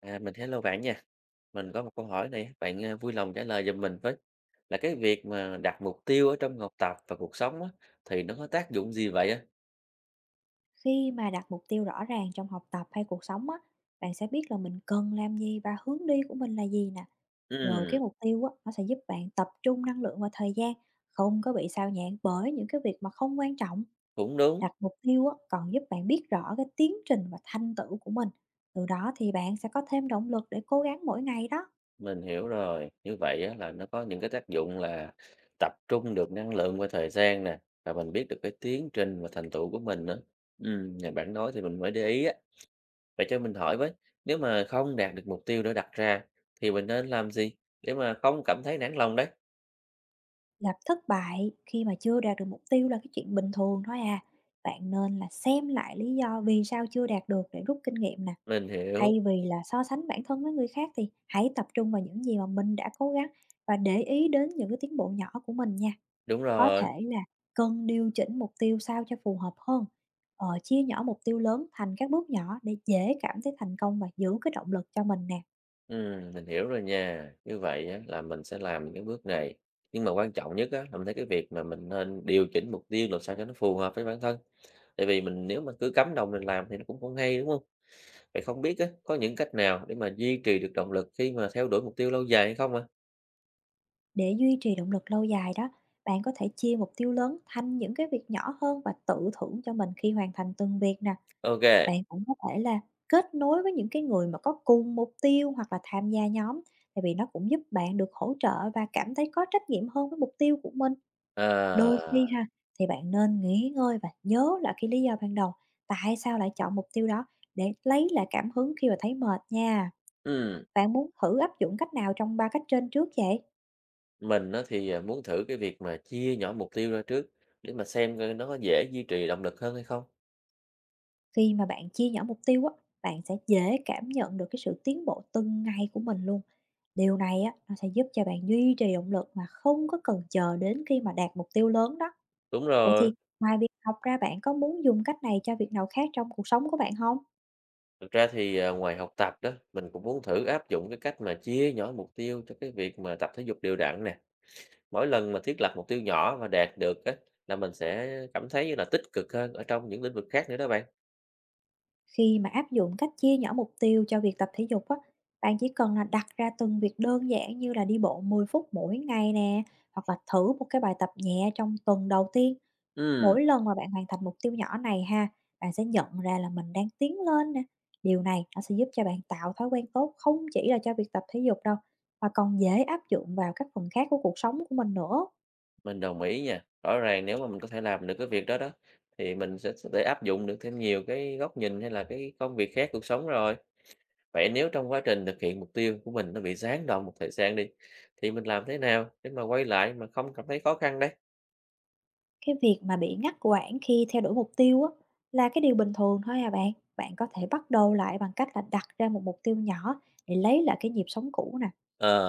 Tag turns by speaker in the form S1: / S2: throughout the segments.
S1: À, mình hello bạn nha. Mình có một câu hỏi này, bạn, vui lòng trả lời giùm mình với. Là cái việc mà đặt mục tiêu ở trong học tập và cuộc sống á, thì nó có tác dụng gì vậy á?
S2: Khi mà đặt mục tiêu rõ ràng trong học tập hay cuộc sống á, bạn sẽ biết là mình cần làm gì và hướng đi của mình là gì nè. Rồi
S1: Ừm,
S2: cái mục tiêu á, nó sẽ giúp bạn tập trung năng lượng và thời gian, không có bị sao nhãng bởi những cái việc mà không quan trọng.
S1: cũng đúng,
S2: Đặt mục tiêu á, còn giúp bạn biết rõ cái tiến trình và thành tựu của mình. Từ đó thì bạn sẽ có thêm động lực để cố gắng mỗi ngày đó.
S1: mình hiểu rồi. Như vậy á là nó có những cái tác dụng là tập trung được năng lượng và thời gian nè, và mình biết được cái tiến trình và thành tựu của mình nữa. Nhờ bạn nói thì mình mới để ý á. Vậy cho mình hỏi với, nếu mà không đạt được mục tiêu đã đặt ra thì mình nên làm gì để mà không cảm thấy nản lòng đấy?
S2: Gặp thất bại khi mà chưa đạt được mục tiêu là cái chuyện bình thường thôi à. Bạn nên là xem lại lý do vì sao chưa đạt được để rút kinh nghiệm nè.
S1: Mình hiểu,
S2: Thay vì là so sánh bản thân với người khác thì hãy tập trung vào những gì mà mình đã cố gắng và để ý đến những cái tiến bộ nhỏ của mình nha.
S1: đúng
S2: Có
S1: rồi.
S2: thể là cần điều chỉnh mục tiêu sao cho phù hợp hơn. Chia nhỏ mục tiêu lớn thành các bước nhỏ để dễ cảm thấy thành công và giữ cái động lực cho mình nè.
S1: Mình hiểu rồi nha. Như vậy á, là mình sẽ làm những cái bước này. Nhưng mà quan trọng nhất á, là mình thấy cái việc mà mình nên điều chỉnh mục tiêu làm sao cho nó phù hợp với bản thân. Tại vì mình nếu mà cứ cắm đầu mình làm thì nó cũng không hay, đúng không? Vậy không biết á, có những cách nào để mà duy trì được động lực khi mà theo đuổi mục tiêu lâu dài hay không ạ?
S2: Để duy trì động lực lâu dài đó, bạn có thể chia mục tiêu lớn thành những cái việc nhỏ hơn và tự thưởng cho mình khi hoàn thành từng việc nè.
S1: OK,
S2: Bạn cũng có thể là kết nối với những cái người mà có cùng mục tiêu hoặc là tham gia nhóm, tại vì nó cũng giúp bạn được hỗ trợ và cảm thấy có trách nhiệm hơn với mục tiêu của mình. Đôi
S1: à,
S2: khi ha, thì bạn nên nghỉ ngơi và nhớ lại cái lý do ban đầu, tại sao lại chọn mục tiêu đó để lấy lại cảm hứng khi mà thấy mệt nha.
S1: ừm,
S2: Bạn muốn thử áp dụng cách nào trong ba cách trên trước vậy?
S1: mình á, muốn thử cái việc mà chia nhỏ mục tiêu ra trước để mà xem coi nó có dễ duy trì động lực hơn hay không.
S2: Khi mà bạn chia nhỏ mục tiêu á, bạn sẽ dễ cảm nhận được cái sự tiến bộ từng ngày của mình luôn. Điều này á, nó sẽ giúp cho bạn duy trì động lực mà không có cần chờ đến khi mà đạt mục tiêu lớn đó.
S1: Đúng
S2: Vậy
S1: rồi.
S2: thì ngoài việc học ra, bạn có muốn dùng cách này cho việc nào khác trong cuộc sống của bạn không?
S1: Thực ra thì, ngoài học tập đó, mình cũng muốn thử áp dụng cái cách mà chia nhỏ mục tiêu cho cái việc mà tập thể dục đều đặn nè. Mỗi lần mà thiết lập mục tiêu nhỏ và đạt được á, là mình sẽ cảm thấy như là tích cực hơn ở trong những lĩnh vực khác nữa đó bạn.
S2: Khi mà áp dụng cách chia nhỏ mục tiêu cho việc tập thể dục á, bạn chỉ cần là đặt ra từng việc đơn giản như là đi bộ 10 phút mỗi ngày nè, hoặc là thử một cái bài tập nhẹ trong tuần đầu tiên.
S1: Ừm,
S2: Mỗi lần mà bạn hoàn thành mục tiêu nhỏ này ha, bạn sẽ nhận ra là mình đang tiến lên nè. Điều này nó sẽ giúp cho bạn tạo thói quen tốt không chỉ là cho việc tập thể dục đâu, mà còn dễ áp dụng vào các phần khác của cuộc sống của mình nữa.
S1: mình đồng ý nha. Rõ ràng nếu mà mình có thể làm được cái việc đó đó, thì mình sẽ thể áp dụng được thêm nhiều cái góc nhìn hay là cái công việc khác cuộc sống rồi. Vậy nếu trong quá trình thực hiện mục tiêu của mình nó bị gián đoạn một thời gian đi, thì mình làm thế nào để mà quay lại mà không cảm thấy khó khăn đấy?
S2: Cái việc mà bị ngắt quãng khi theo đuổi mục tiêu á, là cái điều bình thường thôi à bạn. Bạn có thể bắt đầu lại bằng cách là đặt ra một mục tiêu nhỏ để lấy lại cái nhịp sống cũ nè.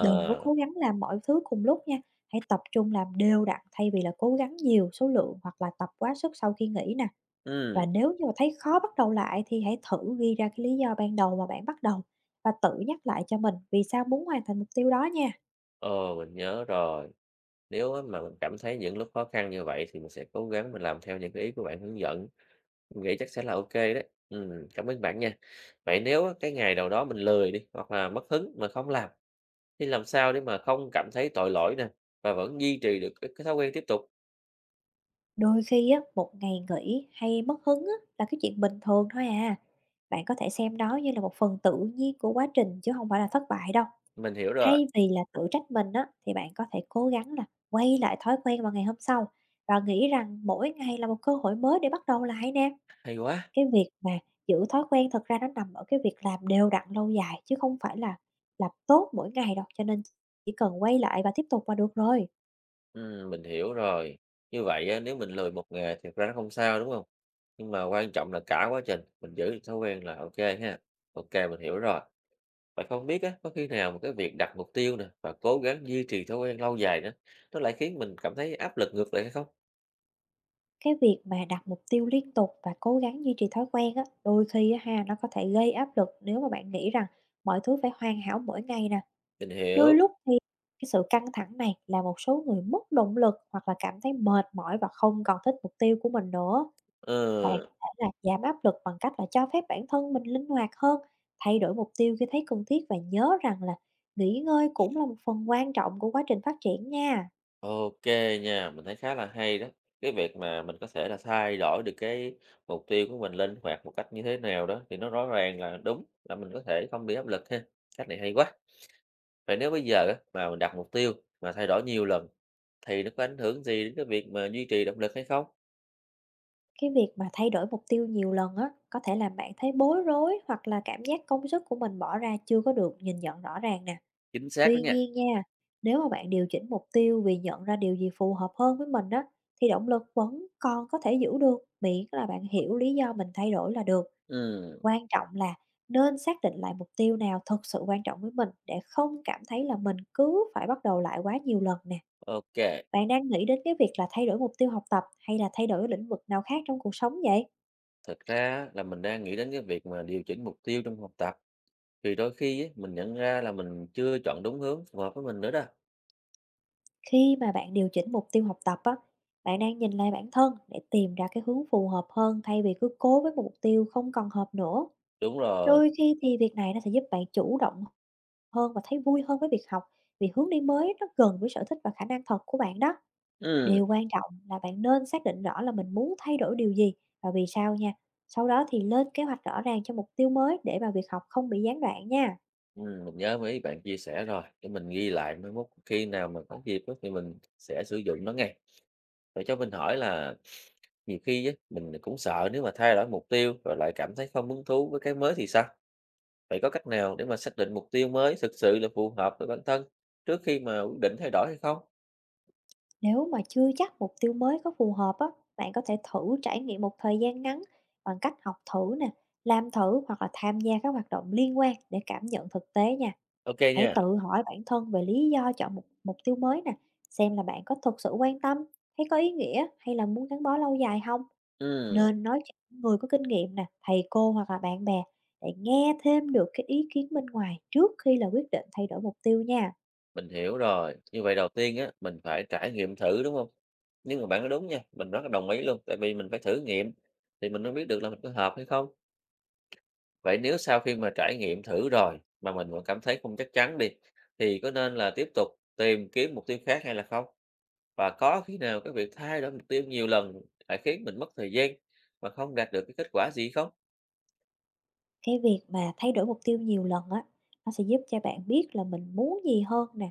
S2: Đừng có cố gắng làm mọi thứ cùng lúc nha. Hãy tập trung làm đều đặn thay vì là cố gắng nhiều số lượng hoặc là tập quá sức sau khi nghỉ nè.
S1: ừm.
S2: Và nếu như mà thấy khó bắt đầu lại thì hãy thử ghi ra cái lý do ban đầu mà bạn bắt đầu và tự nhắc lại cho mình vì sao muốn hoàn thành mục tiêu đó nha.
S1: Ờ, mình nhớ rồi. Nếu á mà mình cảm thấy những lúc khó khăn như vậy thì mình sẽ cố gắng mình làm theo những cái ý của bạn hướng dẫn. Mình nghĩ chắc sẽ là OK đấy. Cảm ơn bạn nha. Vậy nếu á, cái ngày nào đó mình lười đi hoặc là mất hứng mà không làm thì làm sao để mà không cảm thấy tội lỗi nè và vẫn duy trì được cái thói quen tiếp tục?
S2: Đôi khi á, một ngày nghỉ hay mất hứng á, là cái chuyện bình thường thôi à. Bạn có thể xem đó như là một phần tự nhiên của quá trình chứ không phải là thất bại đâu.
S1: Mình hiểu rồi.
S2: Thay vì là tự trách mình á, thì bạn có thể cố gắng là quay lại thói quen vào ngày hôm sau và nghĩ rằng mỗi ngày là một cơ hội mới để bắt đầu lại nè.
S1: Hay quá.
S2: Cái việc mà giữ thói quen thật ra nó nằm ở cái việc làm đều đặn lâu dài chứ không phải là làm tốt mỗi ngày đâu, cho nên chỉ cần quay lại và tiếp tục là được rồi.
S1: Mình hiểu rồi. Như vậy á, nếu mình lười một ngày thì thật ra nó không sao đúng không? Nhưng mà quan trọng là cả quá trình mình giữ được thói quen là OK ha. OK, mình hiểu rồi. Bạn không biết á, có khi nào một cái việc đặt mục tiêu nè và cố gắng duy trì thói quen lâu dài nữa, nó lại khiến mình cảm thấy áp lực ngược lại hay không?
S2: Cái việc mà đặt mục tiêu liên tục và cố gắng duy trì thói quen á, đôi khi á ha, nó có thể gây áp lực nếu mà bạn nghĩ rằng mọi thứ phải hoàn hảo mỗi ngày nè.
S1: Mình
S2: Đôi
S1: hiểu.
S2: lúc thì cái sự căng thẳng này làm một số người mất động lực hoặc là cảm thấy mệt mỏi và không còn thích mục tiêu của mình nữa. Bạn
S1: Ừ,
S2: có thể là giảm áp lực bằng cách là cho phép bản thân mình linh hoạt hơn, thay đổi mục tiêu khi thấy cần thiết và nhớ rằng là nghỉ ngơi cũng là một phần quan trọng của quá trình phát triển nha.
S1: ok nha, mình thấy khá là hay đó. Cái việc mà mình có thể là thay đổi được cái mục tiêu của mình linh hoạt một cách như thế nào đó thì nó rõ ràng là đúng là mình có thể không bị áp lực ha. Cách này hay quá. Vậy nếu bây giờ á, mà mình đặt mục tiêu mà thay đổi nhiều lần thì nó có ảnh hưởng gì đến cái việc mà duy trì động lực hay không?
S2: Cái việc mà thay đổi mục tiêu nhiều lần á, có thể làm bạn thấy bối rối hoặc là cảm giác công sức của mình bỏ ra chưa có được nhìn nhận rõ ràng nè.
S1: Chính xác đó
S2: Tuy
S1: nha.
S2: nhiên nha, nếu mà bạn điều chỉnh mục tiêu vì nhận ra điều gì phù hợp hơn với mình á, thì động lực vẫn còn có thể giữ được, miễn là bạn hiểu lý do mình thay đổi là được.
S1: Ừ,
S2: Quan trọng là nên xác định lại mục tiêu nào thực sự quan trọng với mình để không cảm thấy là mình cứ phải bắt đầu lại quá nhiều lần nè.
S1: ok.
S2: Bạn đang nghĩ đến cái việc là thay đổi mục tiêu học tập hay là thay đổi lĩnh vực nào khác trong cuộc sống vậy?
S1: Thật ra là mình đang nghĩ đến cái việc mà điều chỉnh mục tiêu trong học tập thì đôi khi ấy, mình nhận ra là mình chưa chọn đúng hướng phù hợp với mình nữa đó.
S2: Khi mà bạn điều chỉnh mục tiêu học tập á, bạn đang nhìn lại bản thân để tìm ra cái hướng phù hợp hơn thay vì cứ cố với một mục tiêu không còn hợp nữa.
S1: Đúng rồi.
S2: Đôi khi thì việc này nó sẽ giúp bạn chủ động hơn và thấy vui hơn với việc học, vì hướng đi mới nó gần với sở thích và khả năng thật của bạn đó.
S1: Ừ,
S2: Điều quan trọng là bạn nên xác định rõ là mình muốn thay đổi điều gì và vì sao nha. Sau đó thì lên kế hoạch rõ ràng cho mục tiêu mới để mà việc học không bị gián đoạn nha.
S1: ừ, mình nhớ mấy bạn chia sẻ rồi để mình ghi lại mai mốt khi nào mà có dịp á thì mình sẽ sử dụng nó ngay. Rồi cho mình hỏi là nhiều khi á, mình cũng sợ nếu mà thay đổi mục tiêu rồi lại cảm thấy không hứng thú với cái mới thì sao? Vậy có cách nào để mà xác định mục tiêu mới thực sự là phù hợp với bản thân trước khi mà quyết định thay đổi hay không?
S2: Nếu mà chưa chắc mục tiêu mới có phù hợp á, bạn có thể thử trải nghiệm một thời gian ngắn bằng cách học thử nè, làm thử hoặc là tham gia các hoạt động liên quan để cảm nhận thực tế nha.
S1: Ok
S2: Hãy
S1: nha.
S2: tự hỏi bản thân về lý do chọn một mục tiêu mới nè, xem là bạn có thực sự quan tâm, thấy có ý nghĩa hay là muốn gắn bó lâu dài không.
S1: Ừ.
S2: Nên nói chuyện những người có kinh nghiệm nè, thầy cô hoặc là bạn bè để nghe thêm được cái ý kiến bên ngoài trước khi là quyết định thay đổi mục tiêu nha.
S1: Mình hiểu rồi. Như vậy đầu tiên á, mình phải trải nghiệm thử, đúng không? Nhưng mà bạn nói đúng nha, mình rất là đồng ý luôn, tại vì mình phải thử nghiệm thì mình mới biết được là mình có hợp hay không. Vậy nếu sau khi mà trải nghiệm thử rồi mà mình vẫn cảm thấy không chắc chắn đi, thì có nên là tiếp tục tìm kiếm mục tiêu khác hay là không? Và có khi nào cái việc thay đổi mục tiêu nhiều lần lại khiến mình mất thời gian mà không đạt được cái kết quả gì không?
S2: Cái việc mà thay đổi mục tiêu nhiều lần á, nó sẽ giúp cho bạn biết là mình muốn gì hơn nè.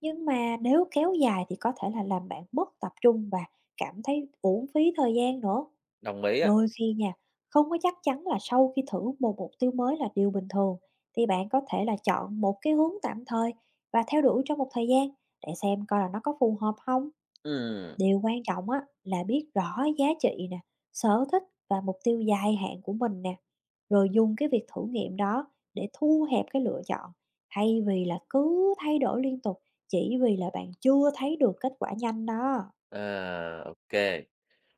S2: Nhưng mà nếu kéo dài thì có thể là làm bạn mất tập trung và cảm thấy uổng phí thời gian nữa.
S1: Đồng ý á.
S2: Đôi khi nha, không có chắc chắn là sau khi thử một mục tiêu mới là điều bình thường, thì bạn có thể là chọn một cái hướng tạm thời và theo đuổi trong một thời gian để xem coi là nó có phù hợp không.
S1: Ừm,
S2: Điều quan trọng á là biết rõ giá trị nè, sở thích và mục tiêu dài hạn của mình nè, rồi dùng cái việc thử nghiệm đó để thu hẹp cái lựa chọn thay vì là cứ thay đổi liên tục chỉ vì là bạn chưa thấy được kết quả nhanh đó.
S1: à, ô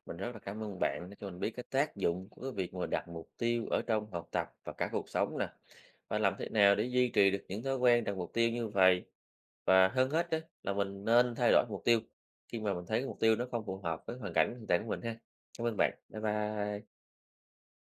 S1: Mình rất là cảm ơn bạn đã cho mình biết cái tác dụng của cái việc mà đặt mục tiêu ở trong học tập và cả cuộc sống nè. Và làm thế nào để duy trì được những thói quen đặt mục tiêu như vậy. Và hơn hết á, là mình nên thay đổi mục tiêu khi mà mình thấy cái mục tiêu nó không phù hợp với hoàn cảnh hiện tại của mình ha. Cảm ơn bạn. Bye bye.